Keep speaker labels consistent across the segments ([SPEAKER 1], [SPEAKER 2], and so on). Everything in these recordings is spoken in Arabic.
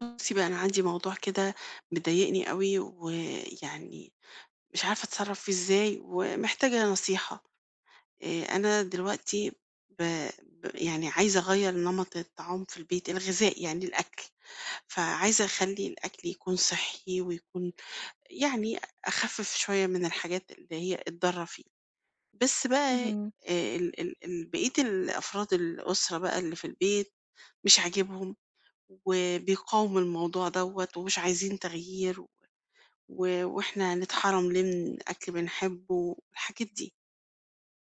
[SPEAKER 1] بُصّي بقى، أنا عندي موضوع كده مضايقني أوي، ويعني مش عارفة أتصرّف فيه إزاي، ومحتاجة نصيحة. أنا دلوقتي ب ب يعني عايزة أغيّر نمط الطعام في البيت، الغذاء يعني الأكل، فعايزة أخلّي الأكل يكون صحّي ويكون يعني أخفّف شوية من الحاجات اللي هي الضارة فيه. بس بقى
[SPEAKER 2] اهم،
[SPEAKER 1] ال ال ال بقية الأفراد الأسرة بقى اللي في البيت مش عاجبهم، وبيقاوموا الموضوع دوّة، ومش عايزين تغيير. و وإحنا هنتحرم ليه من أكل بنحبه الحاجات دي،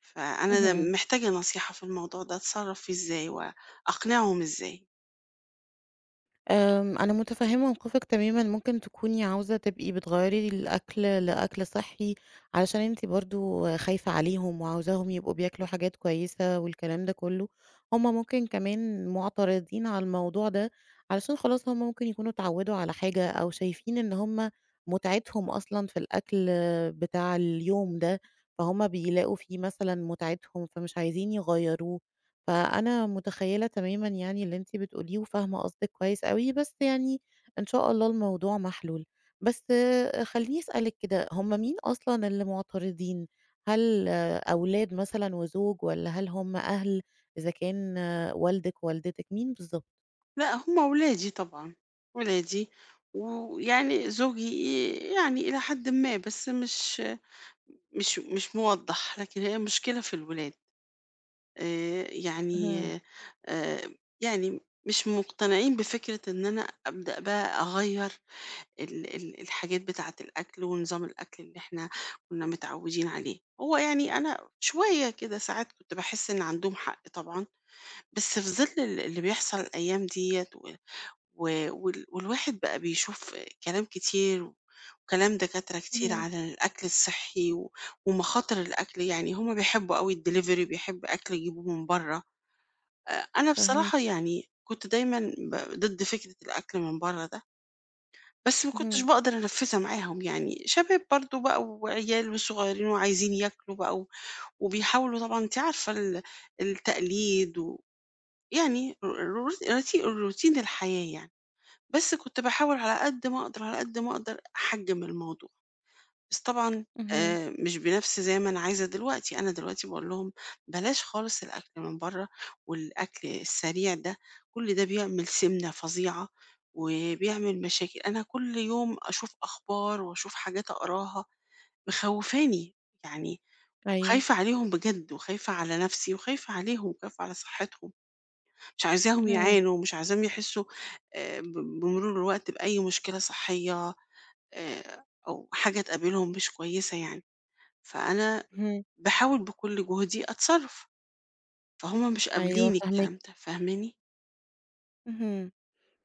[SPEAKER 1] فأنا
[SPEAKER 2] اهم.
[SPEAKER 1] محتاجة نصيحة في الموضوع ده أتصرّف فيه إزاي وأقنعهم إزاي؟
[SPEAKER 2] أنا متفهمة موقفِك تمامًا، ممكن تكوني عاوزة تبقي بتغيّري الأكل لأكل صحّي، علشان أنتِ برضه خايفة عليهم وعاوزاهم يبقوا بياكلوا حاجات كويسة والكلام ده كلّه، هُم ممكن كمان مُعترضين على الموضوع ده، علشان خلاص هُم ممكن يكونوا اتعوّدوا على حاجة أو شايفين إن هُم مُتعتهم أصلًا في الأكل بتاع اليوم ده، فهُم بيلاقوا فيه مثلًا مُتعتهم، فمش عايزين يغيّروه. فأنا متخيّلة تمامًا يعني اللي أنتِ بتقوليه وفاهمة قصدِك كويس أوي، بس يعني إن شاء الله الموضوع محلول. بس خلّيني أسألِك كده، هم مين أصلًا اللي معترضين؟ هل أولاد مثلًا وزوج والّا هل هم أهل، إذا كان والدِك ووالدتِك، مين بالضبط؟
[SPEAKER 1] لأ هم ولادي طبعًا، ولادي ويعني زوجي يعني إلى حدٍ ما، بس مش موضّح، لكن هي المشكلة في الولاد آآ، يعني
[SPEAKER 2] اهم،
[SPEAKER 1] آآ، يعني مش مقتنعين بفكرة إن أنا أبدأ بقى أغيّر ال ال الحاجات بتاعة الأكل ونظام الأكل اللي إحنا كنا متعودين عليه. هو يعني أنا شوية كده ساعات كنت باحس إن عندهم حق طبعًا، بس في ظل اللي بيحصل الأيام ديّة و و وال والواحد بقى بيشوف كلام كتير وكلام دكاترة كتير
[SPEAKER 2] اهم،
[SPEAKER 1] على الأكل الصحّي ومخاطر الأكل، يعني هم بيحبوا أوي الdelivery بيحب أكل يجيبوه من برّه. أ أنا
[SPEAKER 2] فاهماكِ.
[SPEAKER 1] بصراحة يعني كنت دايمًا ضد فكرة الأكل من برّه ده. بس ما كنتش
[SPEAKER 2] اهم،
[SPEAKER 1] باقدر أنفّذها معاهم يعني، شباب برضه بقى وعيال وصغيّرين وعايزين ياكلوا بقى وبيحاولوا طبعًا أنتِ عارفة التقليد ويعني ر ر روتي روتين الحياة يعني، بس كنت باحاول على قد ما أقدر، على قد ما أقدر أحجّم الموضوع. بس طبعًا
[SPEAKER 2] اهم،
[SPEAKER 1] مش بنَفْس زي ما أنا عايزة دلوقتي. أنا دلوقتي باقول لهم بلاش خالص الأكل من برّه والأكل السريع ده، كل ده بيعمل سِمنة فظيعة وبيعمل مشاكل. أنا كل يوم أشوف أخبار وأشوف حاجات أقراها مخوّفاني، يعني
[SPEAKER 2] أيوه.
[SPEAKER 1] خايفة عليهم بجد وخايفة على نَفْسي وخايفة عليهم وخايفة على صحّتهم، مش عايزاهم
[SPEAKER 2] اهم،
[SPEAKER 1] يعانوا ومش عايزاهم يحسّوا ب بمرور الوقت بأي مشكلة صحّية أو حاجة تقابلهم مش كويسة يعني. فأنا
[SPEAKER 2] اهم.
[SPEAKER 1] باحاول بكل جهدي أتصرّف، فهُم مش
[SPEAKER 2] أيوه
[SPEAKER 1] قابلين
[SPEAKER 2] فاهماكِ.
[SPEAKER 1] الكلام ده، فاهماني؟
[SPEAKER 2] اهم.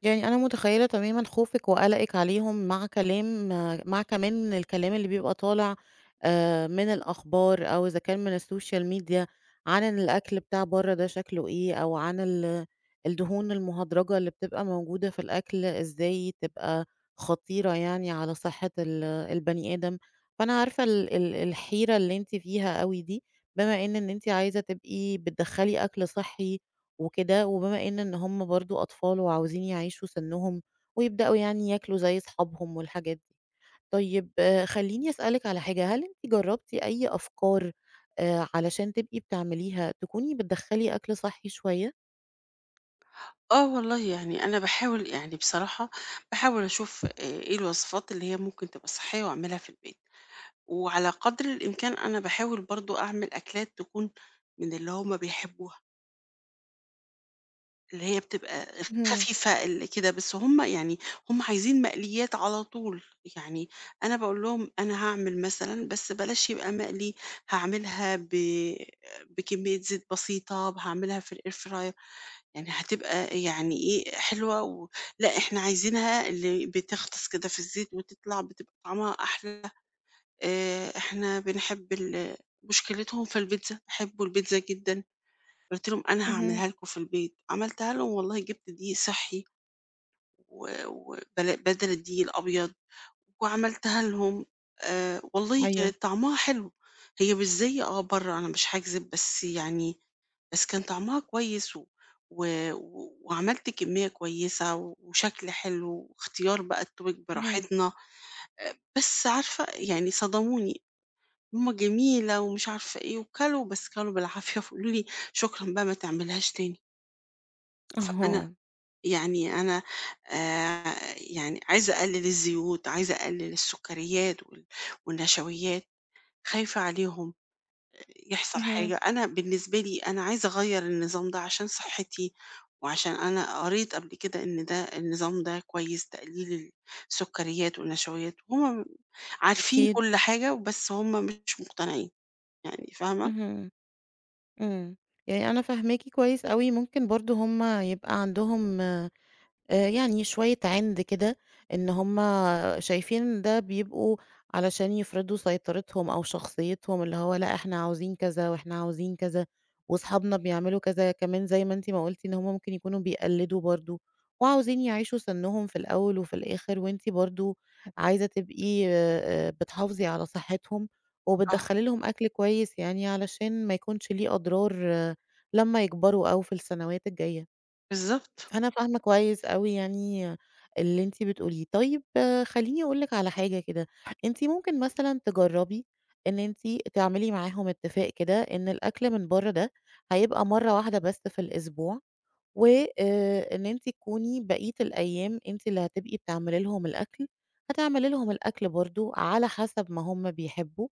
[SPEAKER 2] يعني أنا متخيّلة تمامًا خوفِك وقلقِك عليهم مع كمان الكلام اللي بيبقى طالع من الأخبار أو إذا كان من السوشيال ميديا عن إن الأكل بتاع برّه ده شكله إيه، أو عن الدهون المهدرجة اللي بتبقى موجودة في الأكل إزاي تبقى خطيرة يعني على صحة البني آدم، فأنا عارفة ال ال الحيرة اللي أنتِ فيها أوي دي، بما إن أنتِ عايزة تبقي بتدخّلي أكل صحّي وكده، وبما إن هُم برضه أطفال وعاوزين يعيشوا سِنّهم، ويبدأوا يعني ياكلوا زي أصحابهم والحاجات دي. طيب خلّيني أسألِك على حاجة، هل أنتِ جرّبتِ أي أفكار علشان تبقي بتعمليها تكوني بتدخّلي أكل صحّي شوية؟
[SPEAKER 1] آه والله، يعني أنا باحاول يعني بصراحة باحاول أشوف إيه الوصفات اللي هي ممكن تبقى صحية وأعملها في البيت، وعلى قدر الإمكان أنا باحاول برضه أعمل أكلات تكون من اللي هُم بيحبوها. اللي هي بتبقى
[SPEAKER 2] اهم،
[SPEAKER 1] خفيفة اللي كده، بس هُم عايزين مقليات على طول. يعني أنا باقول لهم أنا هاعمل مثلًا بس بلاش يبقى مقلي، هاعملها بكمية زيت بسيطة، هاعملها في الair fryer يعني هتبقى يعني إيه، حلوة لأ إحنا عايزينها اللي بتغطس كده في الزيت وتطلع بتبقى طعمها أحلى. إحنا بنحب مشكلتهم في البيتزا، بيحبوا البيتزا جدًا. قُلت لهم: "أنا
[SPEAKER 2] اهم،
[SPEAKER 1] هاعملها لكم في البيت." عملتها لهم والله جِبت دقيق صحّي و بدل الدقيق الأبيض وعملتها لهم. والله
[SPEAKER 2] أيوه.
[SPEAKER 1] كانت طعمها حلو، هي مش زي برّه أنا مش هاكذب، بس كان طعمها كويس و وعملت كمية كويسة وشكل حلو واختيار بقى الtonic
[SPEAKER 2] اهم.
[SPEAKER 1] براحتنا. بس عارفة يعني صدموني، "ماما جميلة." ومش عارفة إيه وكلوا، بس كلوا بالعافية فقالوا لي: "شكرًا بقى ما تعملهاش تاني." فأنا
[SPEAKER 2] أها،
[SPEAKER 1] يعني أنا يعني عايزة أقلل الزيوت، عايزة أقلل السكريات والنشويات، خايفة عليهم يحصل
[SPEAKER 2] اهم،
[SPEAKER 1] حاجة. أنا بالنسبة لي أنا عايزة أغيّر النظام ده عشان صحتي، وعشان أنا قريت قبل كده إن ده النظام ده كويس، تقليل السكريات والنشويات، وهُم عارفين
[SPEAKER 2] أكيد،
[SPEAKER 1] كل حاجة، بس هُم مش مقتنعين، يعني فاهمة؟
[SPEAKER 2] اهم، إمم. يعني أنا فاهماكِ كويس أوي، ممكن برضه هُم يبقى عندهم يعني شوية عِند كده، إن هُم شايفين إن ده بيبقوا علشان يفرضوا سيطرتهم أو شخصيتهم، اللي هو لأ إحنا عاوزين كذا، وإحنا عاوزين كذا، وأصحابنا بيعملوا كذا، كمان زي ما أنتِ ما قُلتِ إن هُم ممكن يكونوا بيقلّدوا برضه، وعاوزين يعيشوا سنّهم في الأول وفي الآخر، وأنتِ برضه عايزة تبقي بتحافظي على صحتهم،
[SPEAKER 1] آه،
[SPEAKER 2] وبتدخّلي لهم أكل كويس يعني علشان ما يكونش ليه أضرار لمّا يكبروا أو في السنوات الجاية.
[SPEAKER 1] بالضبط.
[SPEAKER 2] فأنا فاهمة كويس أوي يعني اللي أنتِ بتقوليه. طيب خلّيني أقول لِك على حاجة كده، أنتِ ممكن مثلًا تجرّبي إن أنتِ تعملي معاهم اتفاق كده إن الأكل من برّه ده هيبقى مرّة واحدة بس في الأسبوع، و إن أنتِ تكوني بقية الأيام أنتِ اللي هتبقي بتعملي لهم الأكل، هتعملي لهم الأكل برضه على حسب ما هم بيحبوا،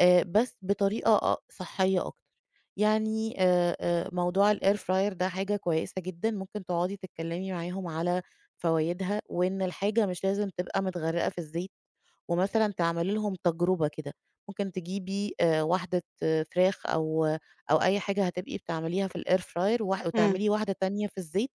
[SPEAKER 2] بس بطريقة صحية أكتر. يعني موضوع الair fryer ده حاجة كويسة جدًا، ممكن تقعدي تتكلمي معاهم على فوايدها، وإن الحاجة مش لازم تبقى متغرقة في الزيت. ومثلًا تعملي لهم تجربة كده، ممكن تجيبي واحدة فراخ أو أي حاجة هتبقي بتعمليها في الair fryer
[SPEAKER 1] إمم،
[SPEAKER 2] وتعملي واحدة تانية في الزيت،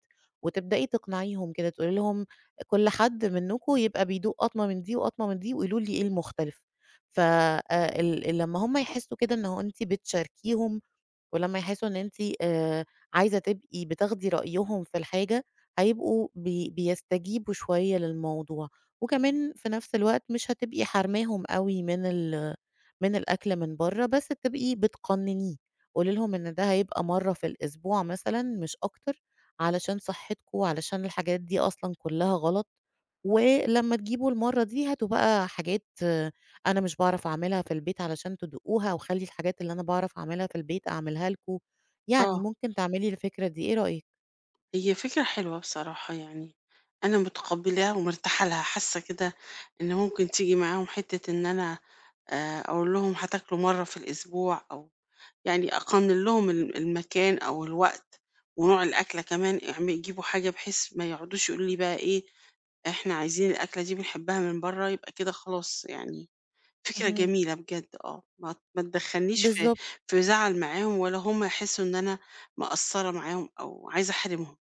[SPEAKER 2] وتبدئي تقنعيهم كده تقولي لهم كل حد منكم يبقى بيدوق قطمة من دي وقطمة من دي وقولوا لي إيه المختلف. ف ال لمّا هم يحسوا كده إن هو أنتِ بتشاركيهم ولمّا يحسّوا إن أنتِ آآ عايزة تبقي بتاخدي رأيهم في الحاجة، هيبقوا بيستجيبوا شوية للموضوع، وكمان في نفس الوقت مش هتبقي حارماهم أوي من الأكل من برّه، بس تبقي بتقنّنيه، قولي لهم إن ده هيبقى مرّة في الأسبوع مثلًا مش أكتر، علشان صحتكم، علشان الحاجات دي أصلًا كلّها غلط، ولمّا تجيبوا المرّة دي هاتوا بقى حاجات أنا مش باعرف أعملها في البيت علشان تدوقوها وخلّي الحاجات اللي أنا باعرف أعملها في البيت أعملها لكم، يعني
[SPEAKER 1] آه.
[SPEAKER 2] ممكن تعملي الفكرة دي، إيه رأيك؟
[SPEAKER 1] هي فكرة حلوة بصراحة يعني أنا متقبلاها ومرتاحة لها حاسة كده إن ممكن تيجي معاهم حتة إن أنا أقول لهم هتاكلوا مرة في الأسبوع أو يعني أقنن لهم المكان أو الوقت ونوع الأكلة كمان يجيبوا حاجة بحيث ما يقعدوش يقولوا لي بقى إيه إحنا عايزين الأكلة دي بنحبها من بره يبقى كده خلاص، يعني فكرة
[SPEAKER 2] اهم،
[SPEAKER 1] جميلة بجد. اه ما تدخلنيش في
[SPEAKER 2] بالضبط.
[SPEAKER 1] في زعل معاهم ولا هم يحسوا إن أنا مقصرة معاهم أو عايزة أحرمهم.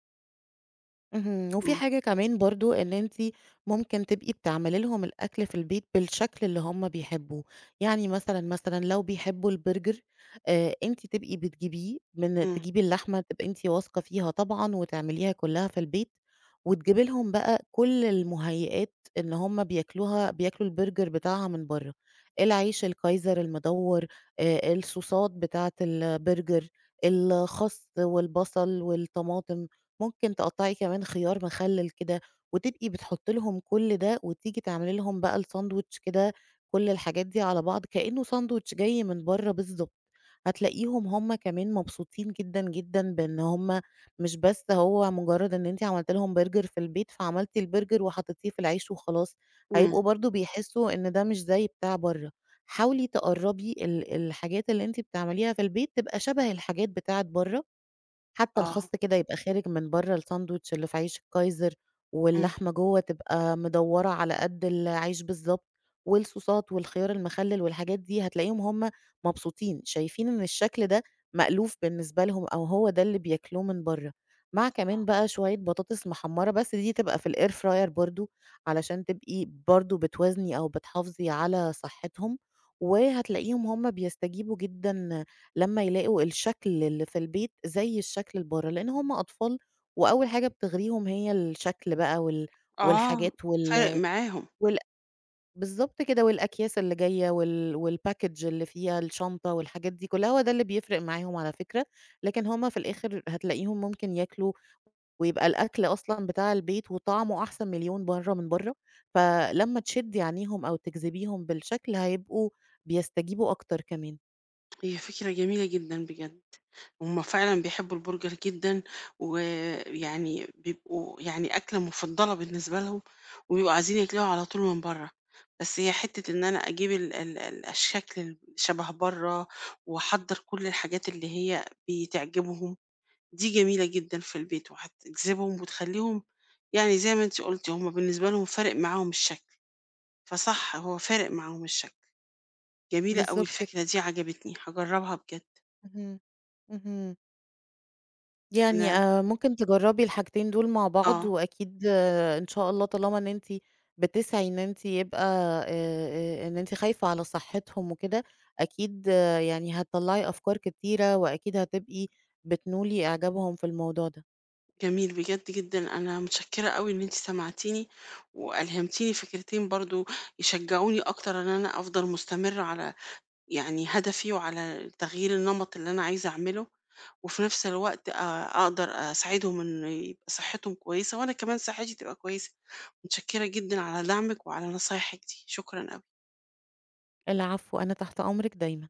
[SPEAKER 2] اهم. وفي
[SPEAKER 1] إمم.
[SPEAKER 2] حاجة كمان برضه إن أنتِ ممكن تبقي بتعملي لهم الأكل في البيت بالشكل اللي هم بيحبوه، يعني مثلًا، لو بيحبوا البرجر أنتِ تبقي بتجيبيه من
[SPEAKER 1] إمم،
[SPEAKER 2] تجيبي اللحمة تبقي أنتِ واثقة فيها طبعًا وتعمليها كلها في البيت، وتجيبي لهم بقى كل المهيئات إن هم بياكلوها بياكلوا البرجر بتاعها من برّه، العيش الكايزر المدوّر، الصوصات بتاعة البرجر، الخس والبصل والطماطم. ممكن تقطّعي كمان خيار مخلل كده، وتبقي بتحطّي لهم كل ده، وتيجي تعملي لهم بقى الساندويتش كده كل الحاجات دي على بعض كإنه ساندويتش جاي من برّه بالضبط، هتلاقيهم هُم كمان مبسوطين جدًا، بإن هُم مش بس هو مجرّد إن أنتِ عملتِ لهم برجر في البيت، فعملتِ البرجر وحطيتيه في العيش وخلاص،
[SPEAKER 1] إمم،
[SPEAKER 2] هيبقوا برضه بيحسّوا إن ده مش زي بتاع برّه. حاولي تقرّبي الحاجات اللي أنتِ بتعمليها في البيت تبقى شبه الحاجات بتاعة برّه، حتى
[SPEAKER 1] آه،
[SPEAKER 2] الخاص كده يبقى خارج من برّه الساندويتش اللي في عيش الكايزر،
[SPEAKER 1] إمم،
[SPEAKER 2] واللحمة جوّه تبقى مدوّرة على قد العيش بالضبط، والصوصات والخيار المخلل والحاجات دي هتلاقيهم هُم مبسوطين، شايفين إن الشكل ده مألوف بالنسبة لهم أو هو ده اللي بياكلوه من برّه، مع كمان بقى شوية بطاطس محمّرة بس دي تبقى في الair fryer برضه، علشان تبقي برضه بتوازني أو بتحافظي على صحتهم، وهتلاقيهم هُم بيستجيبوا جدًا لمّا يلاقوا الشكل اللي في البيت زي الشكل اللي برّه، لإن هم أطفال وأول حاجة بتغريهم هي الشكل بقى
[SPEAKER 1] آه،
[SPEAKER 2] والحاجات
[SPEAKER 1] فارق
[SPEAKER 2] وال
[SPEAKER 1] معاهم.
[SPEAKER 2] وال بالضبط كده، والأكياس اللي جاية والpackage اللي فيها الشنطة والحاجات دي كلّها، هو ده اللي بيفرق معاهم على فكرة، لكن هم في الآخر هتلاقيهم ممكن ياكلوا ويبقى الأكل أصلًا بتاع البيت وطعمه أحسن مليون مرّة من برّه، فلمّا تشدّي عينيهم أو تجذبيهم بالشكل هيبقوا بيستجيبوا أكتر كمان.
[SPEAKER 1] هي فكرة جميلة جدًا بجد، هُم فعلًا بيحبوا البرجر جدًا، ويعني بيبقوا يعني أكلة مفضلة بالنسبة لهم، وبيبقوا عايزين ياكلوها على طول من برّه، بس هي حتة إن أنا أجيب ال ال ال الشكل شبه برّه، وأحضّر كل الحاجات اللي هي بتعجبهم، دي جميلة جدًا في البيت، وهتجذبهم وتخلّيهم، يعني زي ما أنتِ قُلتِ هُم بالنسبة لهم فارق معاهم الشكل، فصح هو فارق معاهم الشكل. جميلة أوي
[SPEAKER 2] بالضبط
[SPEAKER 1] الفكرة
[SPEAKER 2] كده.
[SPEAKER 1] دي عجبتني، هاجرّبها بجد.
[SPEAKER 2] اهم. اهم. يعني
[SPEAKER 1] أنا
[SPEAKER 2] ممكن تجرّبي الحاجتين دول مع بعض،
[SPEAKER 1] آه،
[SPEAKER 2] وأكيد إن شاء الله طالما إن أنتِ بتسعي إن أنتِ يبقى إن أنتِ خايفة على صحتهم وكده، أكيد يعني هتطلّعي أفكار كتيرة، وأكيد هتبقي بتنولي إعجابهم في الموضوع ده.
[SPEAKER 1] جميل بجد جدًا، أنا متشكرة أوي إن أنتِ سمعتيني وألهمتيني فكرتين برضه يشجعوني أكتر إن أنا أفضل مستمرة على يعني هدفي وعلى تغيير النمط اللي أنا عايزة أعمله، وفي نفس الوقت أقدر أساعدهم إن يبقى صحتهم كويسة وأنا كمان صحتي تبقى كويسة. متشكرة جدًا على دعمِك وعلى نصايحِك دي، شكرًا أوي.
[SPEAKER 2] العفو، أنا تحت أمرِك دايمًا.